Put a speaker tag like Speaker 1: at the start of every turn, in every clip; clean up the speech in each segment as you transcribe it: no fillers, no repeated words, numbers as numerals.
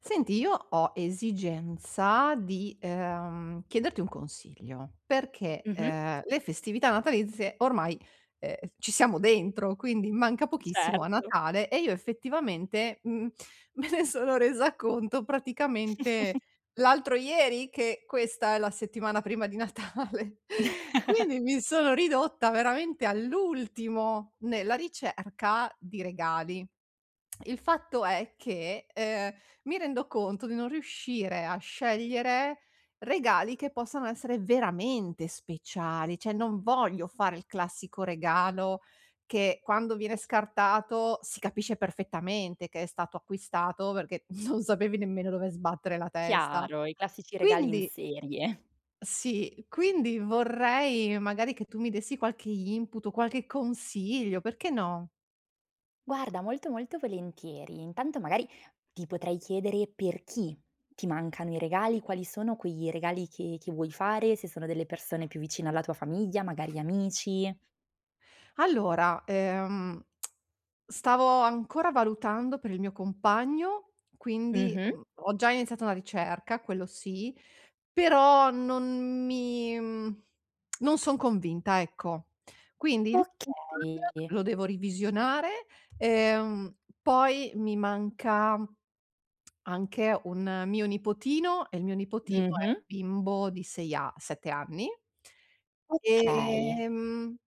Speaker 1: Senti, io ho esigenza di, chiederti un consiglio, perché,
Speaker 2: Mh-mh,
Speaker 1: le festività natalizie ormai, ci siamo dentro, quindi manca pochissimo a
Speaker 2: certo.
Speaker 1: Natale e io effettivamente, me ne sono resa conto praticamente l'altro ieri che questa è la settimana prima di Natale. Quindi mi sono ridotta veramente all'ultimo nella ricerca di regali. Il fatto è che, mi rendo conto di non riuscire a scegliere regali che possano essere veramente speciali, cioè non voglio fare il classico regalo che quando viene scartato si capisce perfettamente che è stato acquistato perché non sapevi nemmeno dove sbattere la testa.
Speaker 2: Chiaro, i classici regali in
Speaker 1: Quindi
Speaker 2: serie.
Speaker 1: sì, quindi vorrei magari che tu mi dessi qualche input o qualche consiglio, perché no?
Speaker 2: Guarda, molto, molto volentieri. Intanto magari ti potrei chiedere per chi ti mancano i regali, quali sono quei regali che vuoi fare, se sono delle persone più vicine alla tua famiglia, magari amici.
Speaker 1: Allora, stavo ancora valutando per il mio compagno, quindi,
Speaker 2: Mh-mh.
Speaker 1: ho già iniziato una ricerca, quello sì, però non mi mhmm, non son convinta, ecco. Quindi il compagno
Speaker 2: Okay.
Speaker 1: lo devo revisionare, ehm, poi mi manca anche un mio nipotino e il mio nipotino è
Speaker 2: Mh-mh.
Speaker 1: un bimbo di 6 a 7 anni.
Speaker 2: Okay,
Speaker 1: Ehm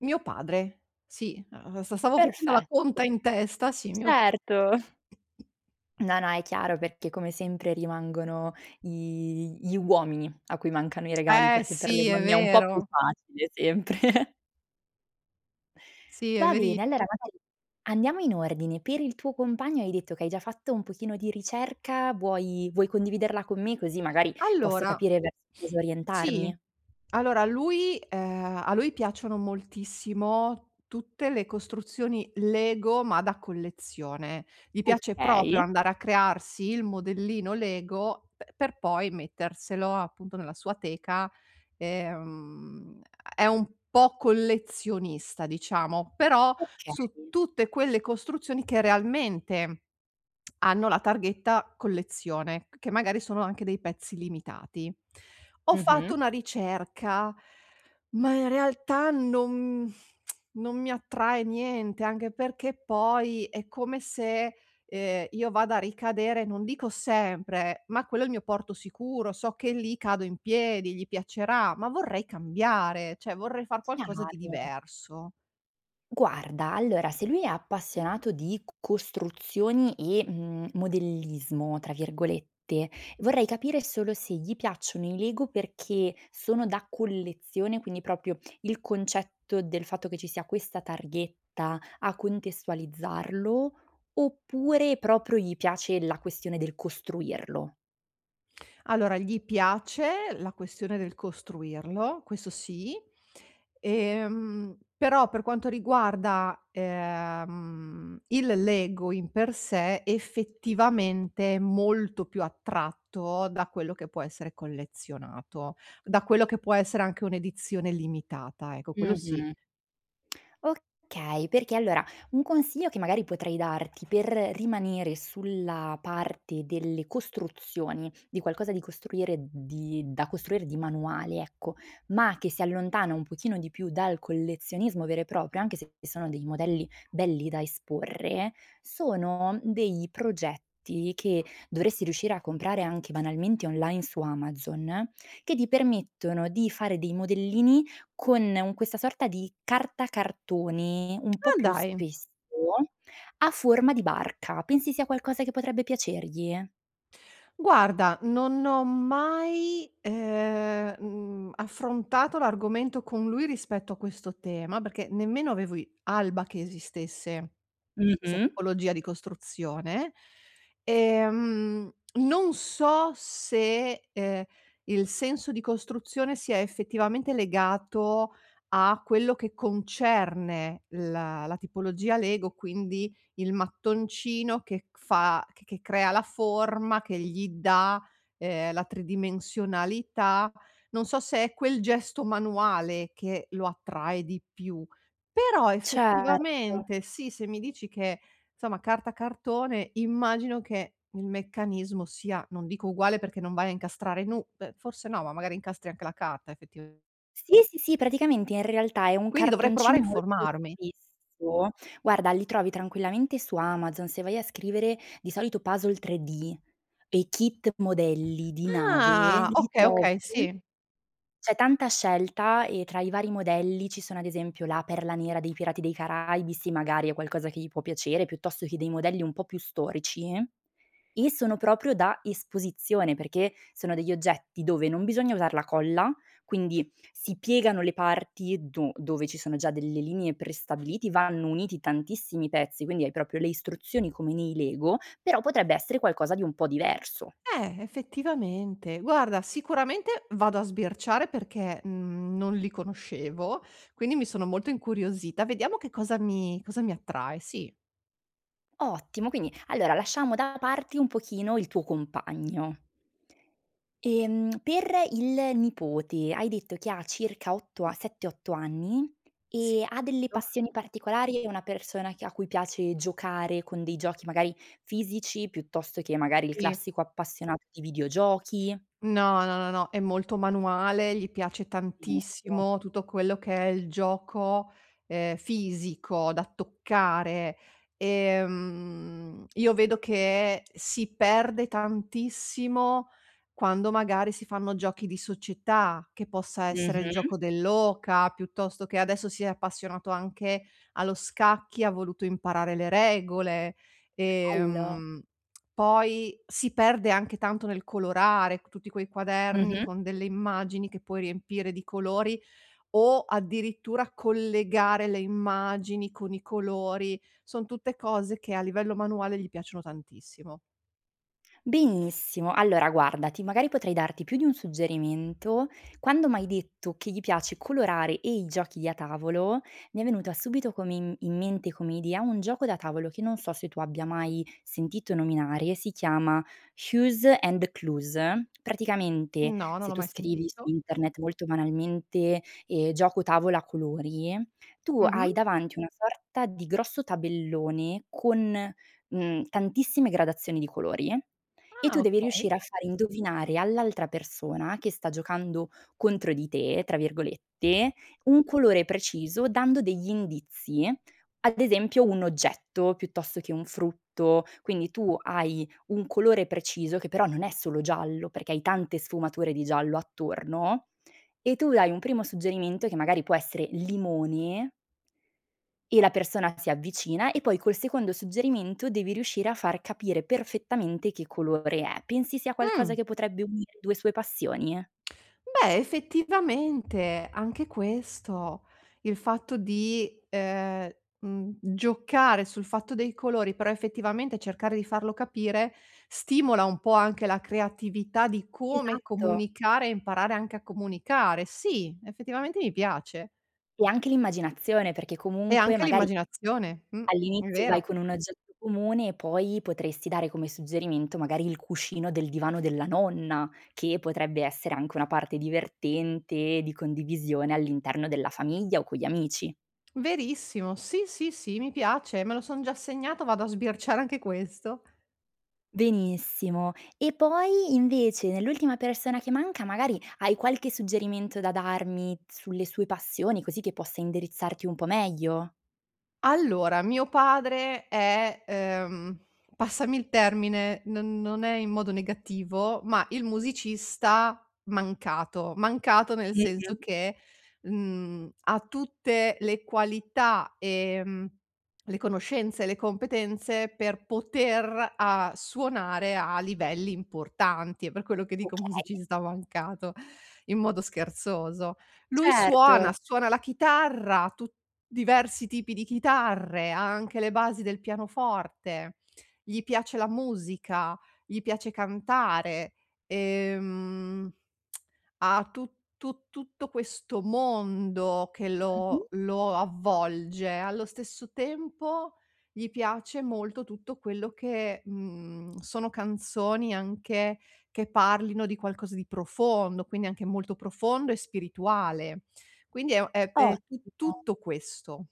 Speaker 1: mio padre, sì, st stavo facendo la
Speaker 2: Perfe
Speaker 1: conta in testa, sì, mio
Speaker 2: certo. No, no, è chiaro perché come sempre rimangono i gli uomini a cui mancano i regali,
Speaker 1: eh
Speaker 2: perché per le
Speaker 1: sì, è
Speaker 2: donne è un po' più
Speaker 1: vero.
Speaker 2: facile sempre.
Speaker 1: Sì, è
Speaker 2: Va
Speaker 1: veri
Speaker 2: bene, allora magari andiamo in ordine. Per il tuo compagno hai detto che hai già fatto un pochino di ricerca, vuoi condividerla con me così magari posso
Speaker 1: allora
Speaker 2: capire verso cosa
Speaker 1: sì.
Speaker 2: orientarmi?
Speaker 1: Allora lui a lui piacciono moltissimo tutte le costruzioni Lego, ma da collezione. Gli piace proprio
Speaker 2: Okay,
Speaker 1: andare a crearsi il modellino Lego pe per poi metterselo appunto nella sua teca. Ehm, è un po' collezionista diciamo, però
Speaker 2: okay.
Speaker 1: su tutte quelle costruzioni che realmente hanno la targhetta collezione, che magari sono anche dei pezzi limitati. Ho
Speaker 2: Mh-mh.
Speaker 1: fatto una ricerca, ma in realtà non mi attrae niente, anche perché poi è come se, io vada a ricadere, non dico sempre, ma quello è il mio porto sicuro, so che lì cado in piedi, gli piacerà, ma vorrei cambiare, cioè vorrei far qualcosa di
Speaker 2: Chiaro.
Speaker 1: diverso.
Speaker 2: Guarda, allora se lui è appassionato di costruzioni e, "modellismo" tra virgolette, vorrei capire solo se gli piacciono i Lego perché sono da collezione, quindi proprio il concetto del fatto che ci sia questa targhetta a contestualizzarlo, oppure proprio gli piace la questione del costruirlo.
Speaker 1: Allora, gli piace la questione del costruirlo, questo sì, però per quanto riguarda, il Lego in per sé, effettivamente è molto più attratto da quello che può essere collezionato, da quello che può essere anche un'edizione limitata, ecco, quello sì.
Speaker 2: Mh-mh. Okay, perché allora un consiglio che magari potrei darti per rimanere sulla parte delle costruzioni, di qualcosa di costruire di da costruire di manuale, ecco, ma che si allontana un pochino di più dal collezionismo vero e proprio, anche se sono dei modelli belli da esporre, sono dei progetti che dovresti riuscire a comprare anche banalmente online su Amazon, che ti permettono di fare dei modellini con un questa sorta di carta cartone un po'
Speaker 1: Ah,
Speaker 2: più
Speaker 1: dai!
Speaker 2: spesso, a forma di barca. Pensi sia qualcosa che potrebbe piacergli?
Speaker 1: Guarda, non ho mai, affrontato l'argomento con lui rispetto a questo tema, perché nemmeno avevo i alba che esistesse questa
Speaker 2: Mh-mh.
Speaker 1: tipologia di costruzione. Non so se, il senso di costruzione sia effettivamente legato a quello che concerne la tipologia Lego, quindi il mattoncino che fa che crea la forma, che gli dà, la tridimensionalità. Non so se è quel gesto manuale che lo attrae di più, però
Speaker 2: Certo.
Speaker 1: effettivamente sì, se mi dici che insomma carta cartone, immagino che il meccanismo sia, non dico uguale perché non vai a incastrare nu beh, forse no, ma magari incastri anche la carta effettivamen
Speaker 2: Sì, sì, sì, praticamente in realtà è un
Speaker 1: Quindi dovrei provare a
Speaker 2: cartoncino molto
Speaker 1: informarmi.
Speaker 2: spesso. Guarda, li trovi tranquillamente su Amazon, se vai a scrivere di solito puzzle 3D e kit modelli di nave,
Speaker 1: Ah,
Speaker 2: li
Speaker 1: okay,
Speaker 2: trovi.
Speaker 1: okay, sì.
Speaker 2: C'è tanta scelta e tra i vari modelli ci sono ad esempio la perla nera dei Pirati dei Caraibi, sì magari è qualcosa che gli può piacere, piuttosto che dei modelli un po' più storici e sono proprio da esposizione, perché sono degli oggetti dove non bisogna usar la colla, quindi si piegano le parti do dove ci sono già delle linee prestabiliti, vanno uniti tantissimi pezzi, quindi hai proprio le istruzioni come nei Lego, però potrebbe essere qualcosa di un po' diverso.
Speaker 1: Effettivamente. Guarda, sicuramente vado a sbirciare perché, non li conoscevo, quindi mi sono molto incuriosita. Vediamo che cosa mi attrae. Sì.
Speaker 2: Ottimo, quindi allora lasciamo da parte un pochino il tuo compagno. Per il nipote hai detto che ha circa 8 a 7, 8 anni
Speaker 1: Sì.
Speaker 2: e ha delle passioni particolari, è una persona che a cui piace giocare con dei giochi magari fisici, piuttosto che magari il
Speaker 1: Sì.
Speaker 2: classico appassionato di videogiochi.
Speaker 1: No, no, no, no, è molto manuale, gli piace
Speaker 2: Benissimo.
Speaker 1: tantissimo tutto quello che è il gioco, fisico da toccare. Io vedo che si perde tantissimo quando magari si fanno giochi di società, che possa essere il
Speaker 2: Mh-mh.
Speaker 1: gioco dell'oca, piuttosto che adesso si è appassionato anche allo scacchi, ha voluto imparare le regole.
Speaker 2: Bello.
Speaker 1: Ehm poi si perde anche tanto nel colorare c tutti quei quaderni
Speaker 2: Mh-mh.
Speaker 1: con delle immagini che puoi riempire di colori o addirittura collegare le immagini con i colori. Son tutte cose che a livello manuale gli piacciono tantissimo.
Speaker 2: Benissimo. Allora guarda, ti magari potrei darti più di un suggerimento. Quando m'hai detto che gli piace colorare e i giochi da tavolo, mi è venuta subito come in mente come idea un gioco da tavolo che non so se tu abbia mai sentito nominare, si chiama Hues and Clues. Praticamente
Speaker 1: No, non
Speaker 2: se
Speaker 1: l'ho
Speaker 2: tu
Speaker 1: mai
Speaker 2: scrivi su
Speaker 1: sentito.
Speaker 2: internet molto banalmente, "gioco tavola a colori", tu
Speaker 1: Mh-mh.
Speaker 2: hai davanti una sorta di grosso tabellone con tantissime gradazioni di colori e
Speaker 1: Ah,
Speaker 2: tu devi
Speaker 1: okay.
Speaker 2: riuscire a fare indovinare all'altra persona che sta giocando "contro di te", tra virgolette, un colore preciso dando degli indizi, ad esempio un oggetto piuttosto che un frutto, quindi tu hai un colore preciso che però non è solo giallo, perché hai tante sfumature di giallo attorno e tu dai un primo suggerimento che magari può essere limone e la persona si avvicina e poi col secondo suggerimento devi riuscire a far capire perfettamente che colore è. Pensi sia
Speaker 1: Mh.
Speaker 2: qualcosa che potrebbe unire 2 sue passioni?
Speaker 1: Beh, effettivamente anche questo, il fatto di, giocare sul fatto dei colori, però effettivamente cercare di farlo capire, stimola un po' anche la creatività di come
Speaker 2: Esatto.
Speaker 1: comunicare e imparare anche a comunicare. Sì, effettivamente mi piace.
Speaker 2: E anche l'immaginazione, perché
Speaker 1: E
Speaker 2: comunque
Speaker 1: anche
Speaker 2: magari
Speaker 1: l'immaginazione. È
Speaker 2: all'inizio vai
Speaker 1: vero.
Speaker 2: con un oggetto comune e poi potresti dare come suggerimento magari il cuscino del divano della nonna, che potrebbe essere anche una parte divertente di condivisione all'interno della famiglia o con gli amici.
Speaker 1: Verissimo. Sì, sì, sì, mi piace, me lo son già segnato, vado a sbirciare anche questo.
Speaker 2: Benissimo. E poi invece nell'ultima persona che manca magari hai qualche suggerimento da darmi sulle sue passioni, così che possa indirizzarti un po' meglio?
Speaker 1: Allora, mio padre è, passami il termine, non è in modo negativo, ma il musicista mancato. Mancato nel senso
Speaker 2: Mh-mh.
Speaker 1: che, ha tutte le qualità, le conoscenze, le competenze per poter, suonare a livelli importanti. È per quello che dico
Speaker 2: Okay,
Speaker 1: musicista mancato in modo scherzoso. Lui
Speaker 2: certo.
Speaker 1: suona la chitarra, tu Diversi tipi di chitarre, ha anche le basi del pianoforte, gli piace la musica, gli piace cantare, ehm, ha tu tu tutto questo mondo che
Speaker 2: Mh-mh.
Speaker 1: lo avvolge. Allo stesso tempo gli piace molto tutto quello che, sono canzoni anche che parlino di qualcosa di profondo, quindi anche molto profondo e spirituale. Quindi è tu
Speaker 2: Ottimo,
Speaker 1: tutto questo.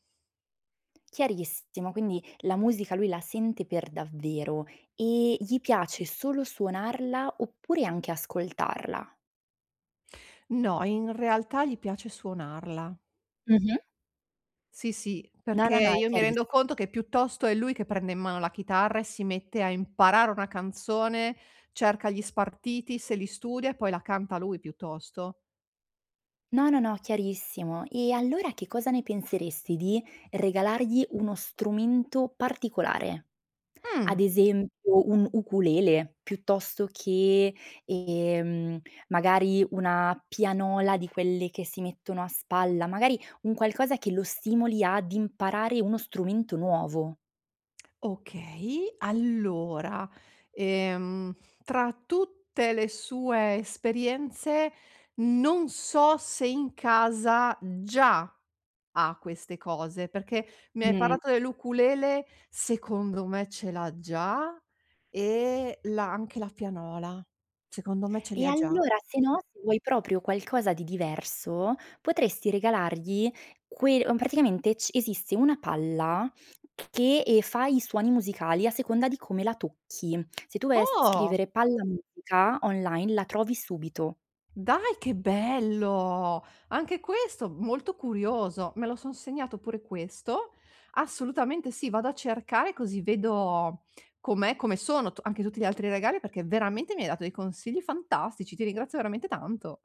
Speaker 2: chiarissimo. Quindi la musica lui la sente per davvero e gli piace solo suonarla oppure anche ascoltarla?
Speaker 1: No, in realtà gli piace suonarla.
Speaker 2: Mh-mh.
Speaker 1: Sì, sì,
Speaker 2: No,
Speaker 1: perché
Speaker 2: no, no, è
Speaker 1: io mi
Speaker 2: chiari
Speaker 1: rendo conto che piuttosto è lui che prende in mano la chitarra e si mette a imparare una canzone, cerca gli spartiti, se li studia e poi la canta lui piuttosto.
Speaker 2: No, no, no, chiarissimo. E allora che cosa ne penseresti di regalargli uno strumento particolare?
Speaker 1: Mh,
Speaker 2: Ad esempio un ukulele, piuttosto che, ehm, magari una pianola di quelle che si mettono a spalla, magari un qualcosa che lo stimoli ad imparare uno strumento nuovo.
Speaker 1: okay. Allora, ehm, tra tutte le sue esperienze non so se in casa già ha queste cose, perché mi hai
Speaker 2: Mh.
Speaker 1: parlato dell'ukulele, secondo me ce l'ha già e la anche la pianola, secondo me ce li
Speaker 2: E
Speaker 1: ha già.
Speaker 2: allora se no, se vuoi proprio qualcosa di diverso, potresti regalargli que praticamente c esiste una palla che, fa i suoni musicali a seconda di come la tocchi. Se tu vai a
Speaker 1: Oh!
Speaker 2: scrivere "palla musica" online la trovi subito.
Speaker 1: Dai che bello! Anche questo molto curioso. Me lo son segnato pure questo. Assolutamente sì, vado a cercare così vedo com'è, come sono t anche tutti gli altri regali, perché veramente mi hai dato dei consigli fantastici. Ti ringrazio veramente tanto.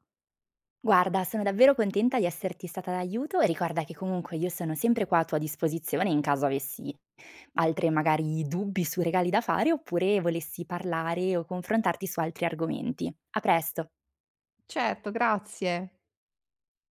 Speaker 2: Guarda, sono davvero contenta di esserti stata d'aiuto e ricorda che comunque io sono sempre qua a tua disposizione in caso avessi altre magari dubbi su regali da fare, oppure volessi parlare o confrontarti su altri argomenti. A presto.
Speaker 1: Certo, grazie.